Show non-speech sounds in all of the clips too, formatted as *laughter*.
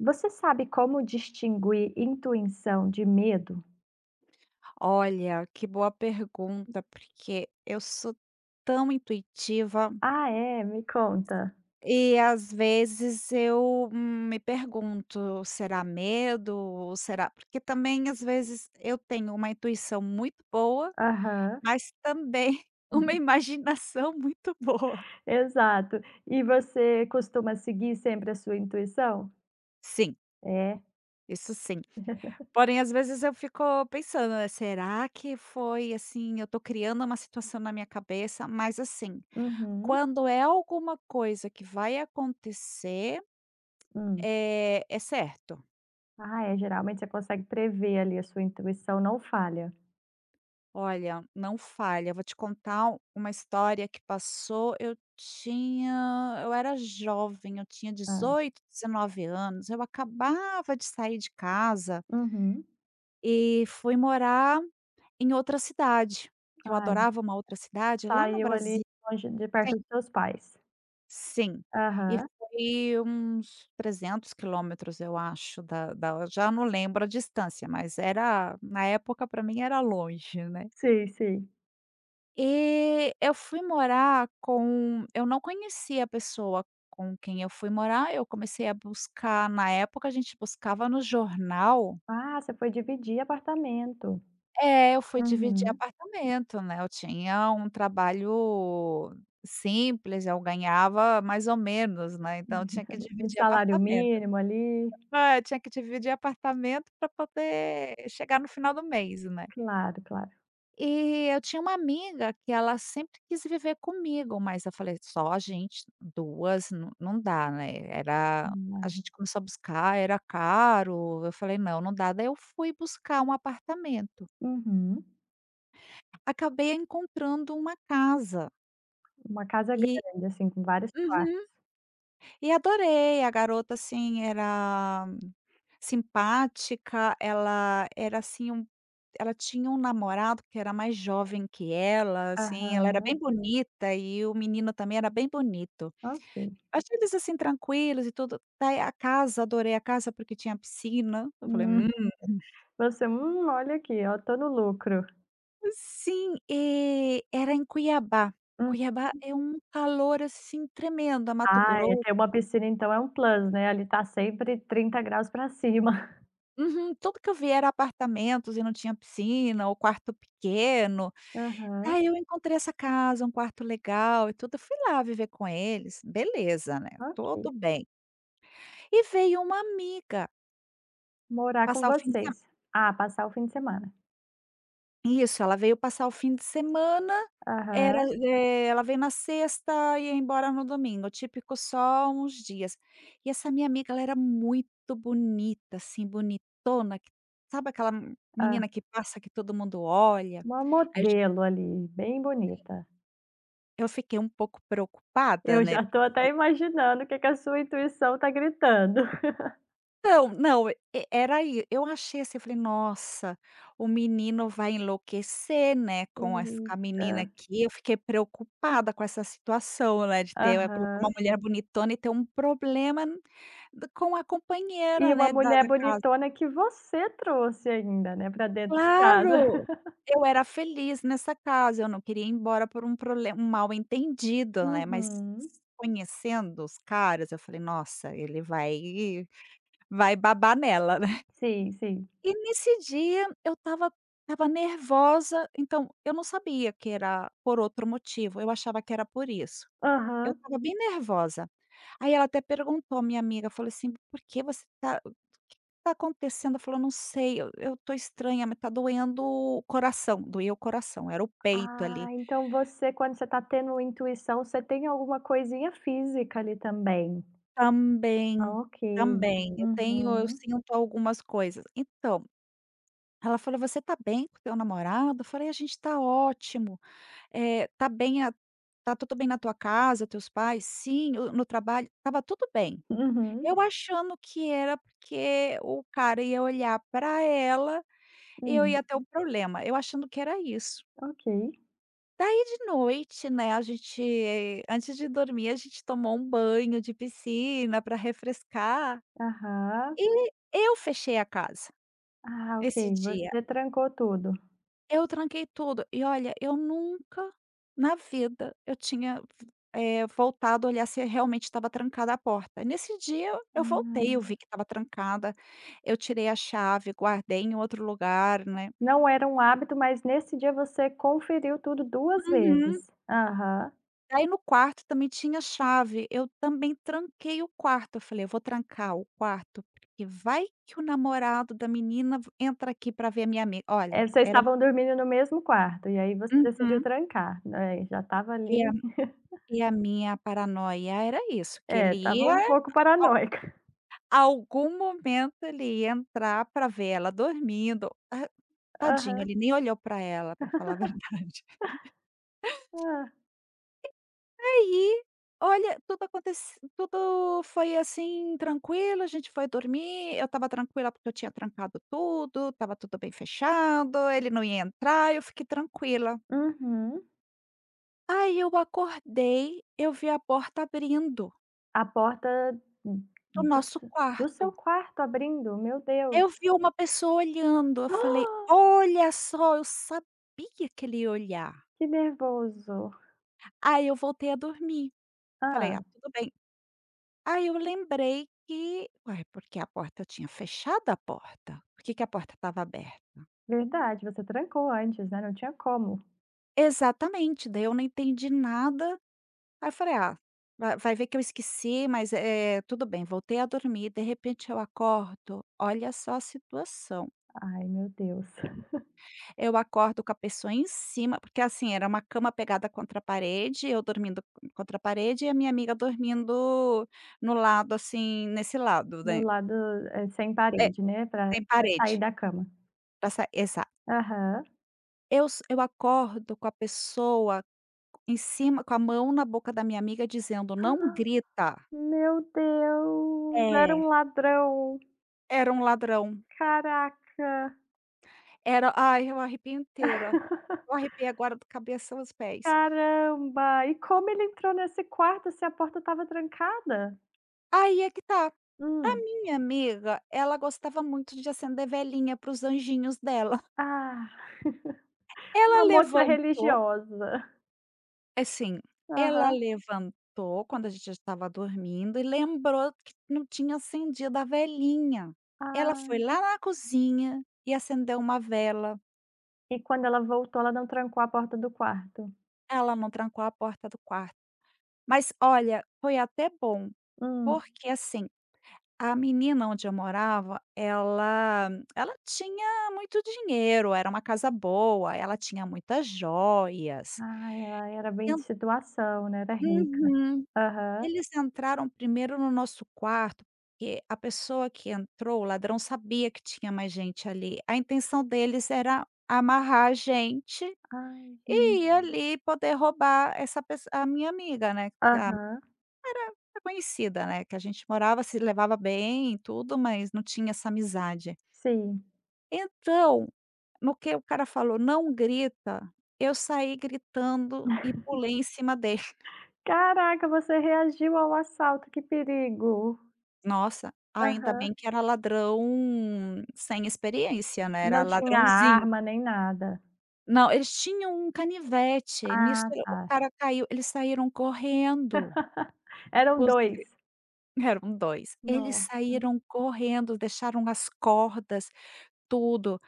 Você sabe como distinguir intuição de medo? Olha, que boa pergunta, porque eu sou tão intuitiva Ah, é? Me conta. e às vezes eu me pergunto, será medo? Ou será? Porque também às vezes eu tenho uma intuição muito boa, Aham. mas também *laughs* uma *laughs* imaginação muito boa. Exato. E você costuma seguir sempre a sua intuição? Sim, É. isso sim. *laughs* Porém, às vezes eu fico pensando, né, será que foi assim, eu tô criando uma situação na minha cabeça, mas assim, Uhum. quando é alguma coisa que vai acontecer, Hum. É certo. Ah, é, geralmente você consegue prever ali, a sua intuição não falha. Olha, não falha. Vou te contar u uma história que passou. Eu era jovem, eu tinha Hã. 18, 19 anos, eu acabava de sair de casa Uhum. e fui morar em outra cidade, que eu Ai, adorava uma outra cidade lá no saiu ali Brasil. longe de perto dos seus pais. Sim, e Aham. foi uns 300 quilômetros, eu acho, da da eu já não lembro a distância, mas era na época para mim era longe, né. Sim, sim. E eu fui morar com eu não conhecia a pessoa com quem eu fui morar, eu comecei a buscar na época a gente buscava no jornal. Ah, você foi dividir apartamento. É, eu fui dividir Uhum. apartamento, né, eu tinha um trabalho simples, eu ganhava mais ou menos, né, então eu tinha que *laughs* Um dividir salário apartamento. mínimo ali. É, tinha que dividir apartamento para poder chegar no final do mês, né. Claro, claro. E eu tinha uma amiga que ela sempre quis viver comigo, mas eu falei: "Só a gente, 2 não não dá, né". Era a É. gente começou a buscar, era caro, eu falei: "Não, não dá". Daí eu fui buscar um apartamento, Uhum. acabei encontrando uma casa Uma casa e grande, assim, com vários quartos. uhum, e adorei. A garota, assim, era simpática, ela era, assim, um ela tinha um namorado que era mais jovem que ela, assim, ela era Aham, bem bonita e o menino também era bem bonito. ok. Achei eles, assim, tranquilos e tudo. Daí a casa, adorei a casa porque tinha piscina. Eu falei: Hum, "Hum". você: olha aqui, ó, tô no lucro". Sim, era em Cuiabá. Hum. Cuiabá é um calor, assim, tremendo, a Mato Ah, é Grosso. ter uma piscina então é um plus, né, ali tá sempre 30 graus pra cima. Uhum. Tudo que eu vi era apartamentos e não tinha piscina ou quarto pequeno. *laughs* Aham, Aí eu encontrei essa casa, um quarto legal e tudo, eu fui lá viver com eles, beleza, né, ok. tudo bem. E veio uma amiga Morar com passar o fim de vocês. Ah, passar o fim de semana. se isso, ela veio passar o fim de semana, era, Aham. Ela veio na sexta e ia embora no domingo, típico só uns dias. E essa minha amiga, ela era muito bonita, assim, bonitona, que sabe aquela Hã. menina que passa, que todo mundo olha? Uma Aí modelo ali, bem bonita. eu fiquei um pouco preocupada, Eu né. já tô até imaginando o que que a sua intuição tá gritando. *laughs* Não, não, e era aí eu achei assim, eu falei: "Nossa, o menino vai enlouquecer, né, com a menina Eita. aqui". Eu fiquei preocupada com essa situação, né, de ter colocar uma Aham. mulher bonitona e ter um problema d com a E companheira, uma né, da mulher da casa. bonitona que você trouxe ainda, né, pra dentro de casa. Claro, *laughs* eu era feliz nessa casa, eu não queria ir embora por um problema, um mal-entendido, né, mas Uhum. conhecendo os caras, eu falei: "Nossa, ele vai babar nela". Sim, sim. E nesse dia eu estava nervosa, então eu não sabia que era por outro motivo, eu achava que era por isso. Eu Aham. estava bem nervosa. Aí ela até perguntou, minha amiga, falou assim: "Por que você tá o que tá acontecendo?" Eu falei: "Eu não sei, eu tô estranha, mas tá doendo o coração", doía o coração, era o peito Ah, ali. então você quando você tá tendo intuição, você tem alguma coisinha física ali também. Ah, Também, ok. também, eu Uhum. sinto algumas coisas. Então ela falou: "Você tá bem com teu namorado?" Eu falei: "A gente tá ótimo. Eh, tá bem a tá tudo bem na tua casa, teus pais?" "Sim." "O No trabalho?" "Estava tudo bem." Uhum. Eu achando que era porque o cara ia olhar pra ela e eu Hum, ia ter um problema, eu achando que era isso. ok. Daí de noite, né, antes de dormir, a gente tomou um banho de piscina para refrescar Aham. e eu fechei a casa Ah, esse ok, dia. você trancou tudo. Eu tranquei tudo. E olha, eu nunca na vida eu tinha voltado a olhar se realmente estava trancada a porta. Nesse dia eu voltei, eu Ah. vi que estava trancada, eu tirei a chave, guardei em outro lugar, né. Não era um hábito, mas nesse dia você conferiu tudo 2 Uhum. vezes. Aham. Aí no quarto também tinha chave, eu também tranquei o quarto, eu falei: "Eu vou trancar o quarto, porque vai que o namorado da menina v entra aqui para ver a minha amiga". Olha, É, vocês era uma. estavam dormindo no mesmo quarto, e aí você decidiu Uhum. trancar, né, já estava E a ali e a minha paranoia era isso, que é, ele estava ia um pouco Al paranoica. *laughs* algum momento ele ia entrar para ver ela dormindo. Ah, tadinho, Aham. ele nem olhou para ela, para falar a *laughs* verdade. Hã. Aí, olha, tudo foi, assim, tranquilo, a gente foi dormir, eu estava tranquila, porque eu tinha trancado tudo, estava tudo bem fechado, ele não ia entrar, eu fiquei tranquila. Uhum. Aí eu acordei, eu vi a porta abrindo A porta do do nosso se do seu quarto. quarto abrindo, meu Deus. Eu vi uma pessoa olhando, eu falei: *gasps* "Olha só, eu sabia que ele ia olhar". Que nervoso. Aí eu voltei a dormir, falei: Hã. "Ah, tudo bem". Aí eu lembrei que ué, porque a porta eu tinha fechado a porta, por que que a porta estava aberta? Verdade, você trancou antes, né, não tinha como. Exatamente, daí eu não entendi nada, aí eu falei: "Ah, vai ver que eu esqueci, mas, tudo bem". Voltei a dormir, de repente eu acordo, olha só a situação. Ai, meu Deus. Eu acordo com a pessoa em cima, porque assim, era uma cama pegada contra a parede, eu dormindo contra a parede e a minha amiga dormindo no lado assim, nesse lado, No né. lado, sem É, parede, né, pra tem pra sair parede da cama. pra sa exato. Aham. Eu acordo com a pessoa em cima com a mão na boca da minha amiga dizendo: "Não *gasps* grita". Meu Deus, era É, um ladrão. era um ladrão. Caraca. Era Ai, eu arrepio inteira. Eu *laughs* arrepiei agora do cabeça aos pés. Caramba. E como ele entrou nesse quarto se a porta estava trancada? Aí é que tá. A Hum. minha amiga, ela gostava muito de acender velhinha para os anjinhos dela. *laughs* Ah. *laughs* Uma Ela moça levantou religiosa. assim, ela Aham. levantou quando a gente já estava dormindo e lembrou que não tinha acendido a velhinha. Ela foi Ah. lá na cozinha e acendeu uma vela. E quando ela voltou, ela não trancou a porta do quarto? Ela não trancou a porta do quarto. Mas olha, foi até bom, Hum. porque assim, a menina onde eu morava, ela tinha muito dinheiro, era uma casa boa, ela tinha muitas joias. Ah, ela era bem de En situação, né, era rica. Uhum. Aham. Eles entraram primeiro no nosso quarto, porque a pessoa que entrou, o ladrão sabia que tinha mais gente ali. A intenção deles era amarrar a gente Ai, e gente. ir. Uhum. Ali poder roubar essa pesso a minha amiga, né, Aham. é conhecida, né, que a gente morava, se levava bem e tudo, mas não tinha essa amizade. Sim. Então no que o cara falou: "Não grita", eu saí gritando e pulei em cima dele. Caraca, você reagiu ao assalto, que perigo. Nossa, ainda Aham. bem que era ladrão sem experiência, né, era Não tinha ladrãozinho. arma nem nada. Não, eles tinham um canivete, nisso Ah, o tá. cara caiu, eles saíram correndo *laughs* Eram com os dois. *laughs* eram 2. Eles Nossa. saíram correndo, deixaram as cordas, tudo.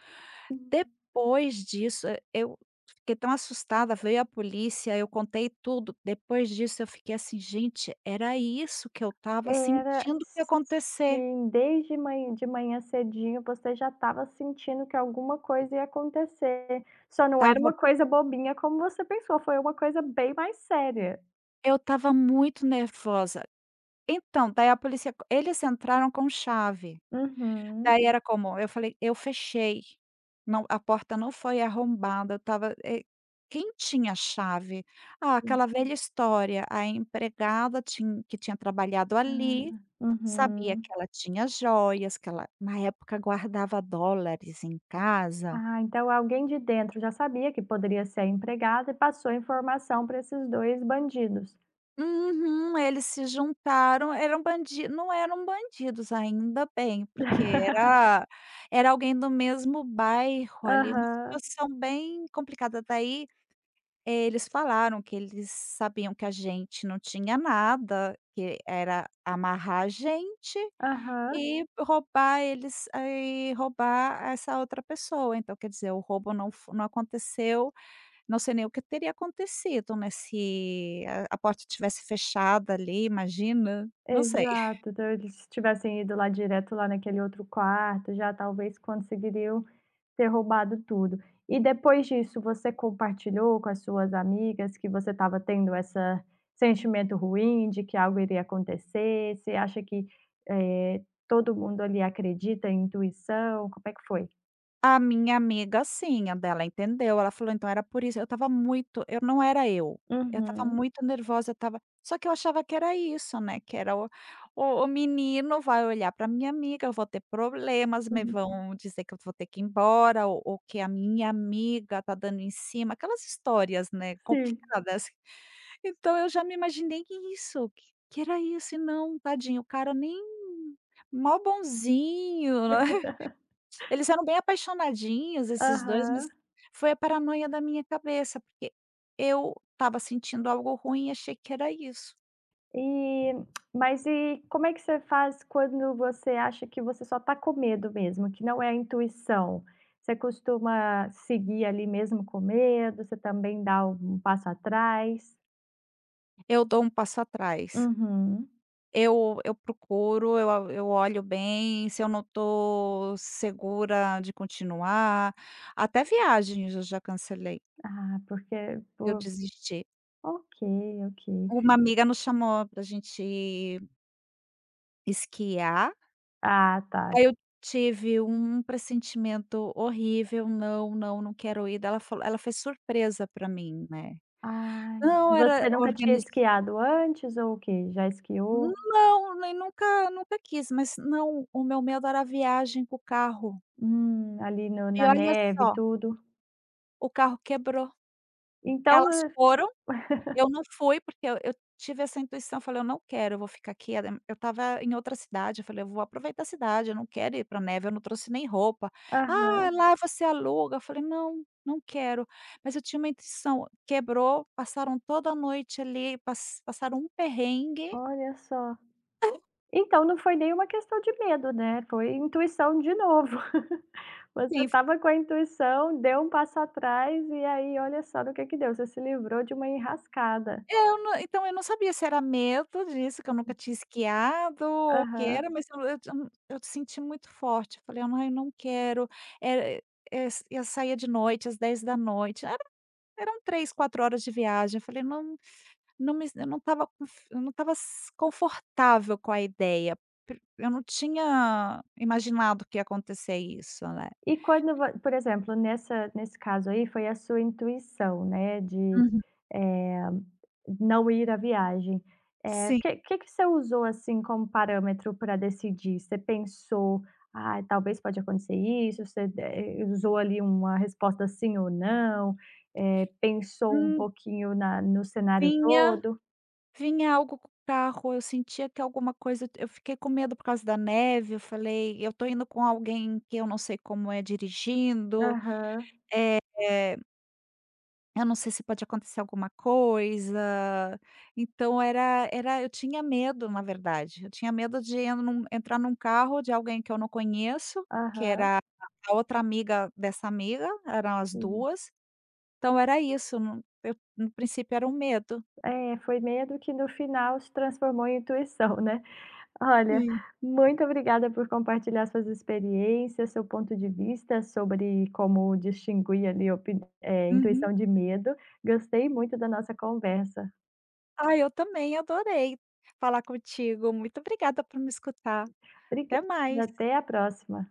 Depois disso, eu fiquei tão assustada, veio a polícia, eu contei tudo. Depois disso eu fiquei assim: "Gente, era isso que eu estava Era sentindo que ia acontecer". sim, desde manhã de manhã cedinho você já estava sentindo que alguma coisa ia acontecer, só não era Tava, uma coisa bobinha como você pensou, foi uma coisa bem mais séria. eu estava muito nervosa. Então, daí a polícia eles entraram com chave. Uhum. Daí era como eu falei: "Eu fechei, não a porta não foi arrombada, eu estava, quem tinha chave? Ah, Sim. aquela velha história, a empregada tin que tinha trabalhado ali. Ah. Sabia Uhum. que ela tinha joias, que ela na época guardava dólares em casa. Ah, então alguém de dentro já sabia que poderia ser a empregada e passou a informação para esses dois bandidos. Uhum, eles se juntaram, eram bandi não eram bandidos, ainda bem, porque *laughs* era alguém do mesmo bairro ali, uma Aham, situação bem complicada. Daí, eles falaram que eles sabiam que a gente não tinha nada, que era amarrar a gente aham. e roubar eles e roubar essa outra pessoa, então quer dizer, o roubo não aconteceu, não sei nem o que teria acontecido, né, se a porta tivesse fechada ali, imagina, não sei. Exato, talvez se tivessem ido lá direto lá naquele outro quarto, já talvez conseguiriam ter roubado tudo. E depois disso, você compartilhou com as suas amigas que você estava tendo essa sentimento ruim de que algo iria acontecer? Você acha que, todo mundo ali acredita em intuição? Como é que foi? A minha amiga sim, a dela entendeu, ela falou: "Então era por isso", eu estava muito eu não era eu estava Uhum, muito nervosa, eu estava só que eu achava que era isso, né, que era o menino vai olhar pra minha amiga, eu vou ter problemas, me uhum, vão dizer que eu vou ter que ir embora ou que a minha amiga tá dando em cima, aquelas histórias, né, sim. complicadas. Então eu já me imaginei isso, que era isso e não, tadinho, o cara nem mó bonzinho. *laughs* Eles eram bem apaixonadinhos esses 2, mas Aham. foi a paranoia da minha cabeça, porque eu estava sentindo algo ruim e achei que era isso. E mas como é que você faz quando você acha que você só está com medo mesmo, que não é a intuição? Você costuma seguir ali mesmo com medo? Você também dá um passo atrás? Eu dou um passo atrás, Uhum. eu procuro, eu olho bem, se eu não estou segura de continuar, até viagens eu já cancelei, Ah, porque eu por desisti. ok, ok. Uma amiga nos chamou para a gente esquiar. Ah, tá. Aí eu tive um pressentimento horrível, "Não, não, não quero ir", daí ela fez surpresa para mim, né. Ai, e Não, era você nunca tinha organiz esquiado antes ou o quê? Já esquiou? não, nem nunca nunca quis, mas não, o meu medo era a viagem com o carro. Ali no E na olha neve e só, tudo? o carro quebrou. Então, Elas hã foram. Eu não fui, porque eu tive essa intuição, eu falei: "Eu não quero, eu vou ficar aqui", eu estava em outra cidade, eu falei: "Eu vou aproveitar a cidade, eu não quero ir pra neve", eu não trouxe nem roupa. aham, "Ah, lá você aluga", eu falei: "Não, não quero". Mas eu tinha uma intuição, quebrou, passaram toda a noite ali, passaram um perrengue, olha só. Então, não foi nenhuma questão de medo, né, foi intuição de novo. *laughs* Você sim. estava com a intuição, deu um passo atrás e aí olha só no que deu, você se livrou de uma enrascada. Eu não então eu não sabia se era medo disso, que eu nunca tinha esquiado ou o que era, Aham. mas eu senti muito forte, eu falei: ah, eu não quero". Eh eu saía de noite, às 22h, eram 3, 4 horas de viagem, eu falei: "Não não me eu não estava confortável com a ideia", pri eu não tinha imaginado que ia acontecer isso, né. E quando vo por exemplo, nessa nesse caso aí, foi a sua intuição, né, de, Uhum. eh, não ir à viagem. O Sim. que que você usou, assim, como parâmetro para decidir? Você pensou: ah, talvez pode acontecer isso", você usou ali uma resposta sim ou não, pensou um Hum, pouquinho na no cenário vinha todo? Vinha algo com o carro, eu sentia que alguma coisa eu fiquei com medo por causa da neve, eu falei: "Eu tô indo com alguém que eu não sei como é dirigindo, Aham, eh, eu não sei se pode acontecer alguma coisa". Então era era eu tinha medo, na verdade, eu tinha medo de en num entrar num carro de alguém que eu não conheço, que aham. era a outra amiga dessa amiga, eram as Sim. 2. Então era isso, no princípio era um medo. É, foi medo que no final se transformou em intuição, né? Olha, Sim. muito obrigada por compartilhar suas experiências, seu ponto de vista sobre como distinguir ali Uhum. intuição de medo. Gostei muito da nossa conversa. Ah, eu também adorei falar contigo. Muito obrigada por me escutar. Até Obrigada, mais. até a próxima.